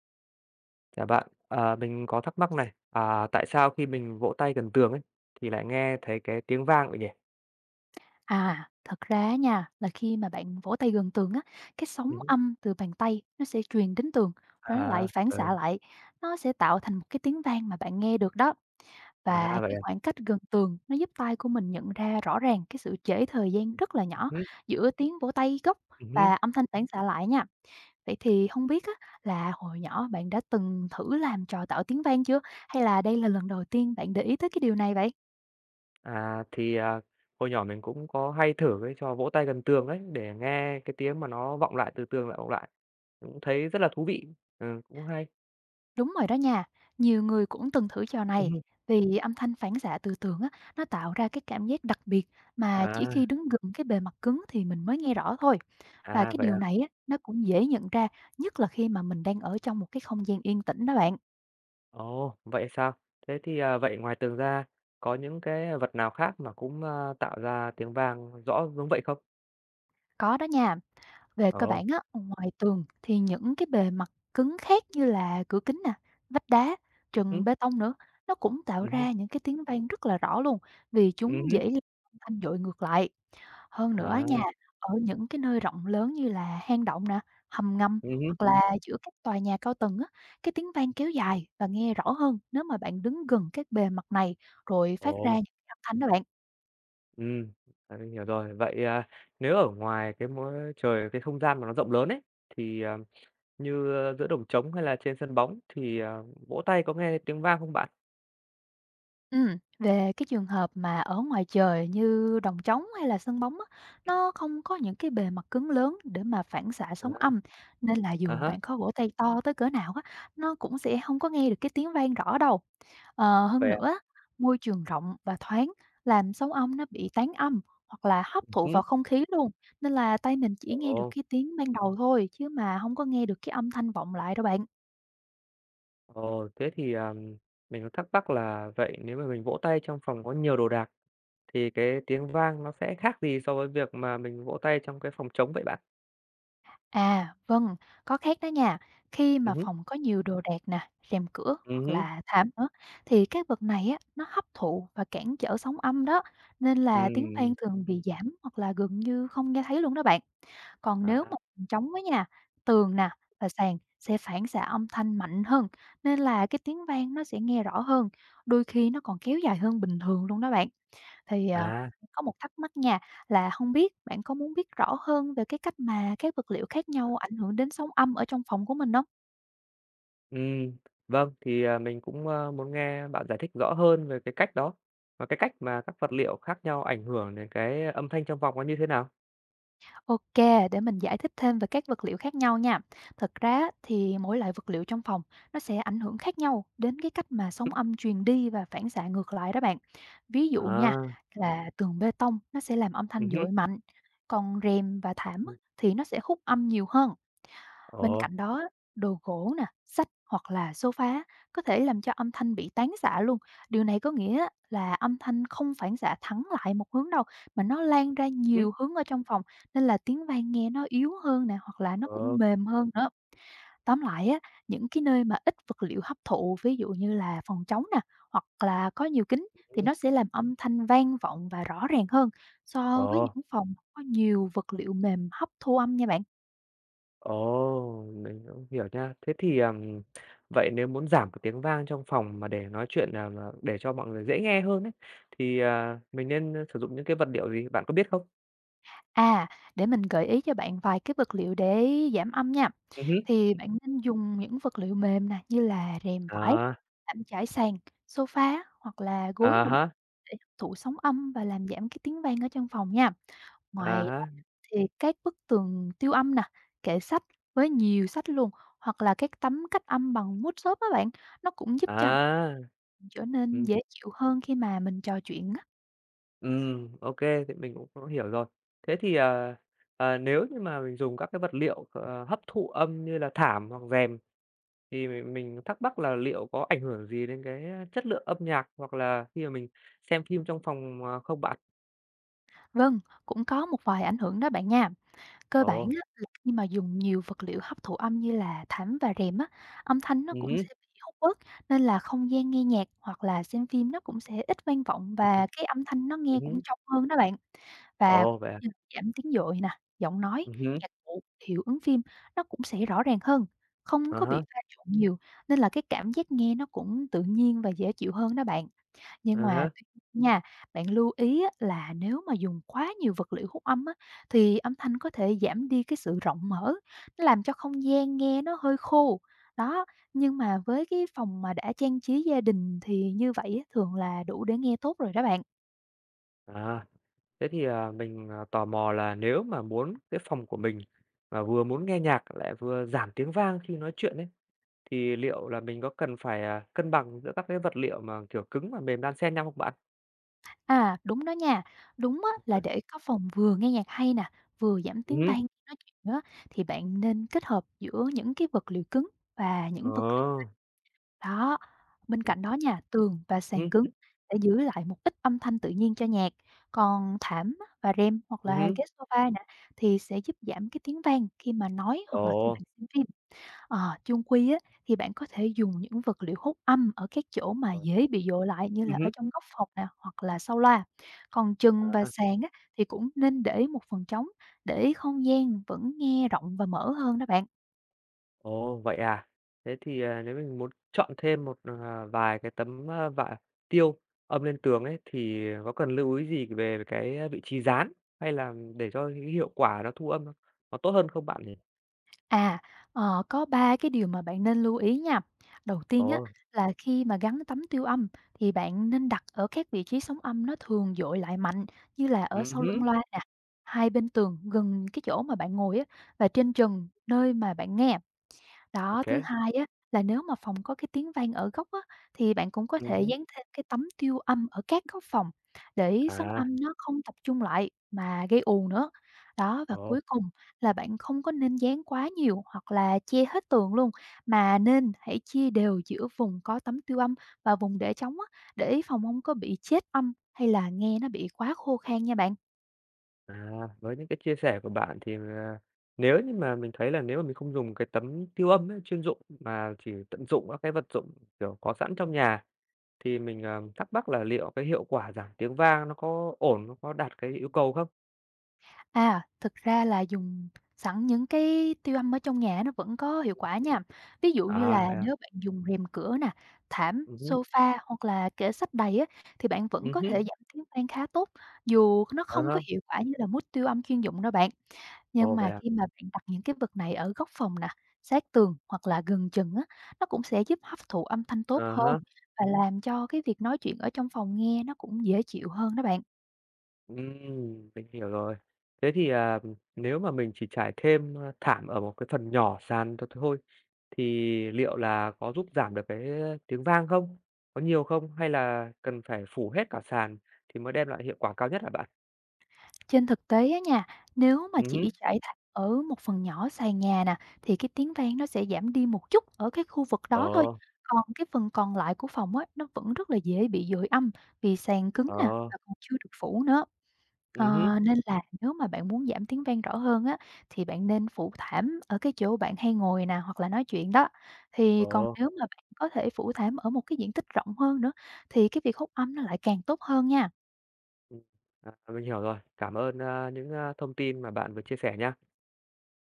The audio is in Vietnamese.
Chào bạn, à, mình có thắc mắc này, à, tại sao khi mình vỗ tay gần tường ấy thì lại nghe thấy cái tiếng vang vậy nhỉ? À, thật ra nha, là khi mà bạn vỗ tay gần tường á, cái sóng Ừ. âm từ bàn tay nó sẽ truyền đến tường, rồi nó lại À, phản ờ, xạ lại, nó sẽ tạo thành một cái tiếng vang mà bạn nghe được đó. Và à cái vậy à? khoảng cách gần tường nó giúp tai của mình nhận ra rõ ràng cái sự trễ thời gian rất là nhỏ Ừ, giữa tiếng vỗ tay gốc ừ. và âm thanh phản xạ lại nha. Vậy thì không biết á, là hồi nhỏ bạn đã từng thử làm trò tạo tiếng vang chưa? Hay là đây là lần đầu tiên bạn để ý tới cái điều này vậy? À thì à, hồi nhỏ mình cũng có hay thử cái trò vỗ tay gần tường đấy để nghe cái tiếng mà nó vọng lại từ tường lại vọng lại, cũng thấy rất là thú vị, ừ, cũng hay. Đúng rồi đó nha, nhiều người cũng từng thử trò Ừ. này vì âm thanh phản xạ từ tường á, nó tạo ra cái cảm giác đặc biệt mà chỉ À, khi đứng gần cái bề mặt cứng thì mình mới nghe rõ thôi. Và à cái vậy điều à? này á, nó cũng dễ nhận ra, nhất là khi mà mình đang ở trong một cái không gian yên tĩnh đó bạn. Ồ, vậy sao? Thế thì à, vậy ngoài tường ra có những cái vật nào khác mà cũng à, tạo ra tiếng vang rõ giống vậy không? Có đó nha, về cơ Ồ. bản á, ngoài tường thì những cái bề mặt cứng khác như là cửa kính nè, vách đá, trần bê tông nữa, nó cũng tạo hứm, ra những cái tiếng vang rất là rõ luôn vì chúng hứm, dễ âm thanh dội ngược lại. Hơn nữa nha, à, ở những cái nơi rộng lớn như là hang động nè, hầm ngầm hứm. hoặc là giữa các tòa nhà cao tầng á, cái tiếng vang kéo dài và nghe rõ hơn nếu mà bạn đứng gần các bề mặt này rồi phát ra Ồ, những cái âm thanh đó bạn. ừm, à, mình hiểu rồi. Vậy, à, nếu ở ngoài cái môi trời cái không gian mà nó rộng lớn ấy, thì, à, như, ơ, giữa đồng trống hay là trên sân bóng thì, à, vỗ tay có nghe tiếng vang không bạn? Ừm, về cái trường hợp mà ở ngoài trời như đồng trống hay là sân bóng á, nó không có những cái bề mặt cứng lớn để mà phản xạ sóng À, âm, nên là à dù há, bạn có vỗ tay to tới cỡ nào á, nó cũng sẽ không có nghe được cái tiếng vang rõ đâu. Ờ, hơn vậy à? nữa, môi trường rộng và thoáng làm sóng ong nó bị tán âm hoặc là hấp thụ Hứm. vào không khí luôn, nên là tay mình chỉ nghe được Ồ, cái tiếng ban đầu thôi chứ mà không có nghe được cái âm thanh vọng lại đâu bạn. ồ, thế thì, à, mình cũng thắc mắc là vậy nếu mà mình vỗ tay trong phòng có nhiều đồ đạc thì cái tiếng vang nó sẽ khác gì so với việc mà mình vỗ tay trong cái phòng trống vậy bạn? À, vâng, có khác đó nha. Khi mà Hứm, phòng có nhiều đồ đạc nè, rèm cửa hoặc hứm, là thảm nữa thì các vật này á nó hấp thụ và cản trở sóng âm đó, nên là tiếng vang ừm, thường bị giảm hoặc là gần như không nghe thấy luôn đó bạn. Còn nếu à, mà phòng trống á nha, tường nè và sàn sẽ phản xạ âm thanh mạnh hơn, nên là cái tiếng vang nó sẽ nghe rõ hơn, đôi khi nó còn kéo dài hơn bình thường luôn đó bạn. Thì, ờ, à. có một thắc mắc nha, là không biết bạn có muốn biết rõ hơn về cái cách mà các vật liệu khác nhau ảnh hưởng đến sóng âm ở trong phòng của mình không. Ừ, vâng, thì, à, mình cũng, ơ, muốn nghe bạn giải thích rõ hơn về cái cách đó, và cái cách mà các vật liệu khác nhau ảnh hưởng đến cái âm thanh trong vòng nó như thế nào? Ok, để mình giải thích thêm về các vật liệu khác nhau nha. Thật ra thì mỗi loại vật liệu trong phòng nó sẽ ảnh hưởng khác nhau đến cái cách mà sóng âm truyền đi và phản xạ ngược lại đó bạn. Ví dụ nha, À. là tường bê tông nó sẽ làm âm Ừ, thanh dội hứm. mạnh, còn rèm và thảm Ừ, á, thì nó sẽ hút âm nhiều hơn. ồ. Bên cạnh đó đồ gỗ nè, sách hoặc là sofa có thể làm cho âm thanh bị tán xạ luôn. Điều này có nghĩa là âm thanh không phản xạ thẳng lại một hướng đâu mà nó lan ra Ừm. nhiều hướng ở trong phòng nên là tiếng vang nghe nó yếu hơn nè hoặc là nó cũng Ồ. mềm hơn nữa. Tóm lại á, những cái nơi mà ít vật liệu hấp thụ ví dụ như là phòng trống nè hoặc là có nhiều kính thì Ừm. nó sẽ làm âm thanh vang vọng và rõ ràng hơn so với Ồ. những phòng có nhiều vật liệu mềm hấp thu âm nha bạn. Ồ, mình cũng hiểu nha. Thế thì, vậy nếu muốn giảm cái tiếng vang trong phòng mà để nói chuyện, à, mà để cho mọi người dễ nghe hơn ấy, thì, à, mình nên, ờ, sử dụng những cái vật liệu gì, bạn có biết không? À, để mình gợi ý cho bạn vài cái vật liệu để giảm âm nha. Ừ, hứm. Thì bạn nên dùng những vật liệu mềm nè, như là rèm vải, À. thảm trải sàn, sofa hoặc là À gối nữa há, để hấp thụ sóng âm và làm giảm cái tiếng vang ở trong phòng nha. à Ngoài ra há, thì các bức tường tiêu âm nè, kệ sách với nhiều sách luôn hoặc là các tấm cách âm bằng mút xốp á bạn, nó cũng giúp cho à. mình trở nên Ừm. dễ chịu hơn khi mà mình trò chuyện á. Ok, thì mình cũng có hiểu rồi. Thế thì, ờ, ờ, nếu như mà mình dùng các cái vật liệu, ờ, hấp thụ âm như là thảm hoặc rèm thì mình thắc mắc là liệu có ảnh hưởng gì đến cái chất lượng âm nhạc hoặc là khi mà mình xem phim trong phòng, ờ, không bạn? Vâng, cũng có một vài ảnh hưởng đó bạn nha. Cơ bản Ồ, á, là khi mà dùng nhiều vật liệu hấp thụ âm như là thảm và rèm á, âm thanh nó cũng sẽ hứm, bị hút bớt, nên là không gian nghe nhạc hoặc là xem phim nó cũng sẽ ít vang vọng ừm, và cái âm thanh nó nghe cũng hứm. trong hơn đó bạn. Và cũng Ồ, vậy à? như là giảm tiếng dội nè, giọng nói, Hứm, nhạc cụ, hiệu ứng phim nó cũng sẽ rõ ràng hơn, không à có bị há, pha trộn nhiều, nên là cái cảm giác nghe nó cũng tự nhiên và dễ chịu hơn đó bạn. Nhưng à mà há, tuy nhiên nha, bạn lưu ý á là nếu mà dùng quá nhiều vật liệu hút âm á, thì âm thanh có thể giảm đi cái sự rộng mở, nó làm cho không gian nghe nó hơi khô. Đó, nhưng mà với cái phòng mà đã trang trí gia đình thì như vậy á, thường là đủ để nghe tốt rồi đó bạn. à. Thế thì, à, mình, à, tò mò là nếu mà muốn cái phòng của mình mà vừa muốn nghe nhạc lại vừa giảm tiếng vang khi nói chuyện ấy. Thì liệu là mình có cần phải, à, cân bằng giữa các cái vật liệu mà, kiểu, cứng và mềm đan xen nhau không bạn? À, đúng đó nha, đúng á, là để có phòng vừa nghe nhạc hay nè, vừa giảm Ừ, tiếng vang hứm. khi nói chuyện á, thì bạn nên kết hợp giữa những cái vật liệu cứng và những vật. Ờ. Đó, bên Ừ, cạnh đó nha, tường và sàn ừ, cứng để giữ lại một ít âm thanh tự nhiên cho nhạc, còn thảm á và rèm hoặc là ừm. ghế sofa nè thì sẽ giúp giảm cái tiếng vang khi mà nói hoặc là khi Ồ. bạn xem phim. Ờ, chung quy á thì bạn có thể dùng những vật liệu hút âm ở các chỗ mà Ờ. dễ bị dội lại như là ở trong góc phòng nè hoặc là sau loa. Còn chừng và À. sàn á thì cũng nên để một phần trống để không gian vẫn nghe rộng và mở hơn đó bạn. Ồ, vậy à? Thế thì, à, nếu mình muốn chọn thêm một, à, vài cái tấm, a, vải tiêu âm lên tường ấy, thì có cần lưu ý gì về cái vị trí dán, hay là để cho cái hiệu quả nó thu âm nó tốt hơn không bạn nhỉ? À, ờ, có 3 cái điều mà bạn nên lưu ý nha. Đầu tiên á, Ồ. là khi mà gắn tấm tiêu âm thì bạn nên đặt ở các vị trí sóng âm nó thường dội lại mạnh như là ở Ừ, sau lưng hứm. loa nè, hai bên tường gần cái chỗ mà bạn ngồi á và trên trần nơi mà bạn nghe. Đó, thứ Ừ, hai á, là nếu mà phòng có cái tiếng vang ở góc á, thì bạn cũng có thể dán thêm cái tấm tiêu âm ở các góc phòng để sóng à. âm nó không tập trung lại mà gây ồn nữa. Đó, và Ồ. cuối cùng là bạn không có nên dán quá nhiều hoặc là che hết tường luôn, mà nên hãy chia đều giữa vùng có tấm tiêu âm và vùng để trống á, để phòng không có bị chết âm hay là nghe nó bị quá khô khan nha bạn. À, với những cái chia sẻ của bạn thì, à, nếu như mà mình thấy là nếu mà mình không dùng cái tấm tiêu âm ấy, chuyên dụng mà chỉ tận dụng các cái vật dụng, kiểu, có sẵn trong nhà, thì mình, ờ, thắc mắc là liệu cái hiệu quả giảm tiếng vang nó có ổn, nó có đạt cái yêu cầu không? À, thực ra là dùng sẵn những cái tiêu âm ở trong nhà nó vẫn có hiệu quả nha. Ví dụ như À, là vậy à? nếu bạn dùng rèm cửa nè, thảm, Hứm, sofa hoặc là kệ sách đầy á, thì bạn vẫn có thể hứm, giảm tiếng vang khá tốt, dù nó à không có há, hiệu quả như là mút tiêu âm chuyên dụng đâu bạn. Nhưng ồ, vậy mà à? khi mà bạn đặt những cái vật này ở góc phòng nè, sát tường hoặc là gần chừng á, nó cũng sẽ giúp hấp thụ âm thanh À tốt hơn há. và làm cho cái việc nói chuyện ở trong phòng nghe nó cũng dễ chịu hơn đó bạn. Mình hiểu rồi. Thế thì, à, nếu mà mình chỉ trải thêm, a, thảm ở một cái phần nhỏ sàn thôi thì liệu là có giúp giảm được cái tiếng vang không? Có nhiều không? Hay là cần phải phủ hết cả sàn thì mới đem lại hiệu quả cao nhất hả bạn? Trên thực tế á nha, nếu mà chỉ Ừm. trải thảm ở một phần nhỏ sàn nhà nè, thì cái tiếng vang nó sẽ giảm đi một chút ở cái khu vực Ờ, đó thôi. Còn cái phần còn lại của phòng á, nó vẫn rất là dễ bị dội âm vì sàn cứng ờ, nè và còn chưa được phủ nữa. Ờ, ừm, nên là nếu mà bạn muốn giảm tiếng vang rõ hơn á, thì bạn nên phủ thảm ở cái chỗ bạn hay ngồi nè hoặc là nói chuyện đó. Thì còn ờ. nếu mà bạn có thể phủ thảm ở một cái diện tích rộng hơn nữa, thì cái việc hút âm nó lại càng tốt hơn nha. Ừm, à, mình hiểu rồi. Cảm ơn, a, những, a, thông tin mà bạn vừa chia sẻ nha.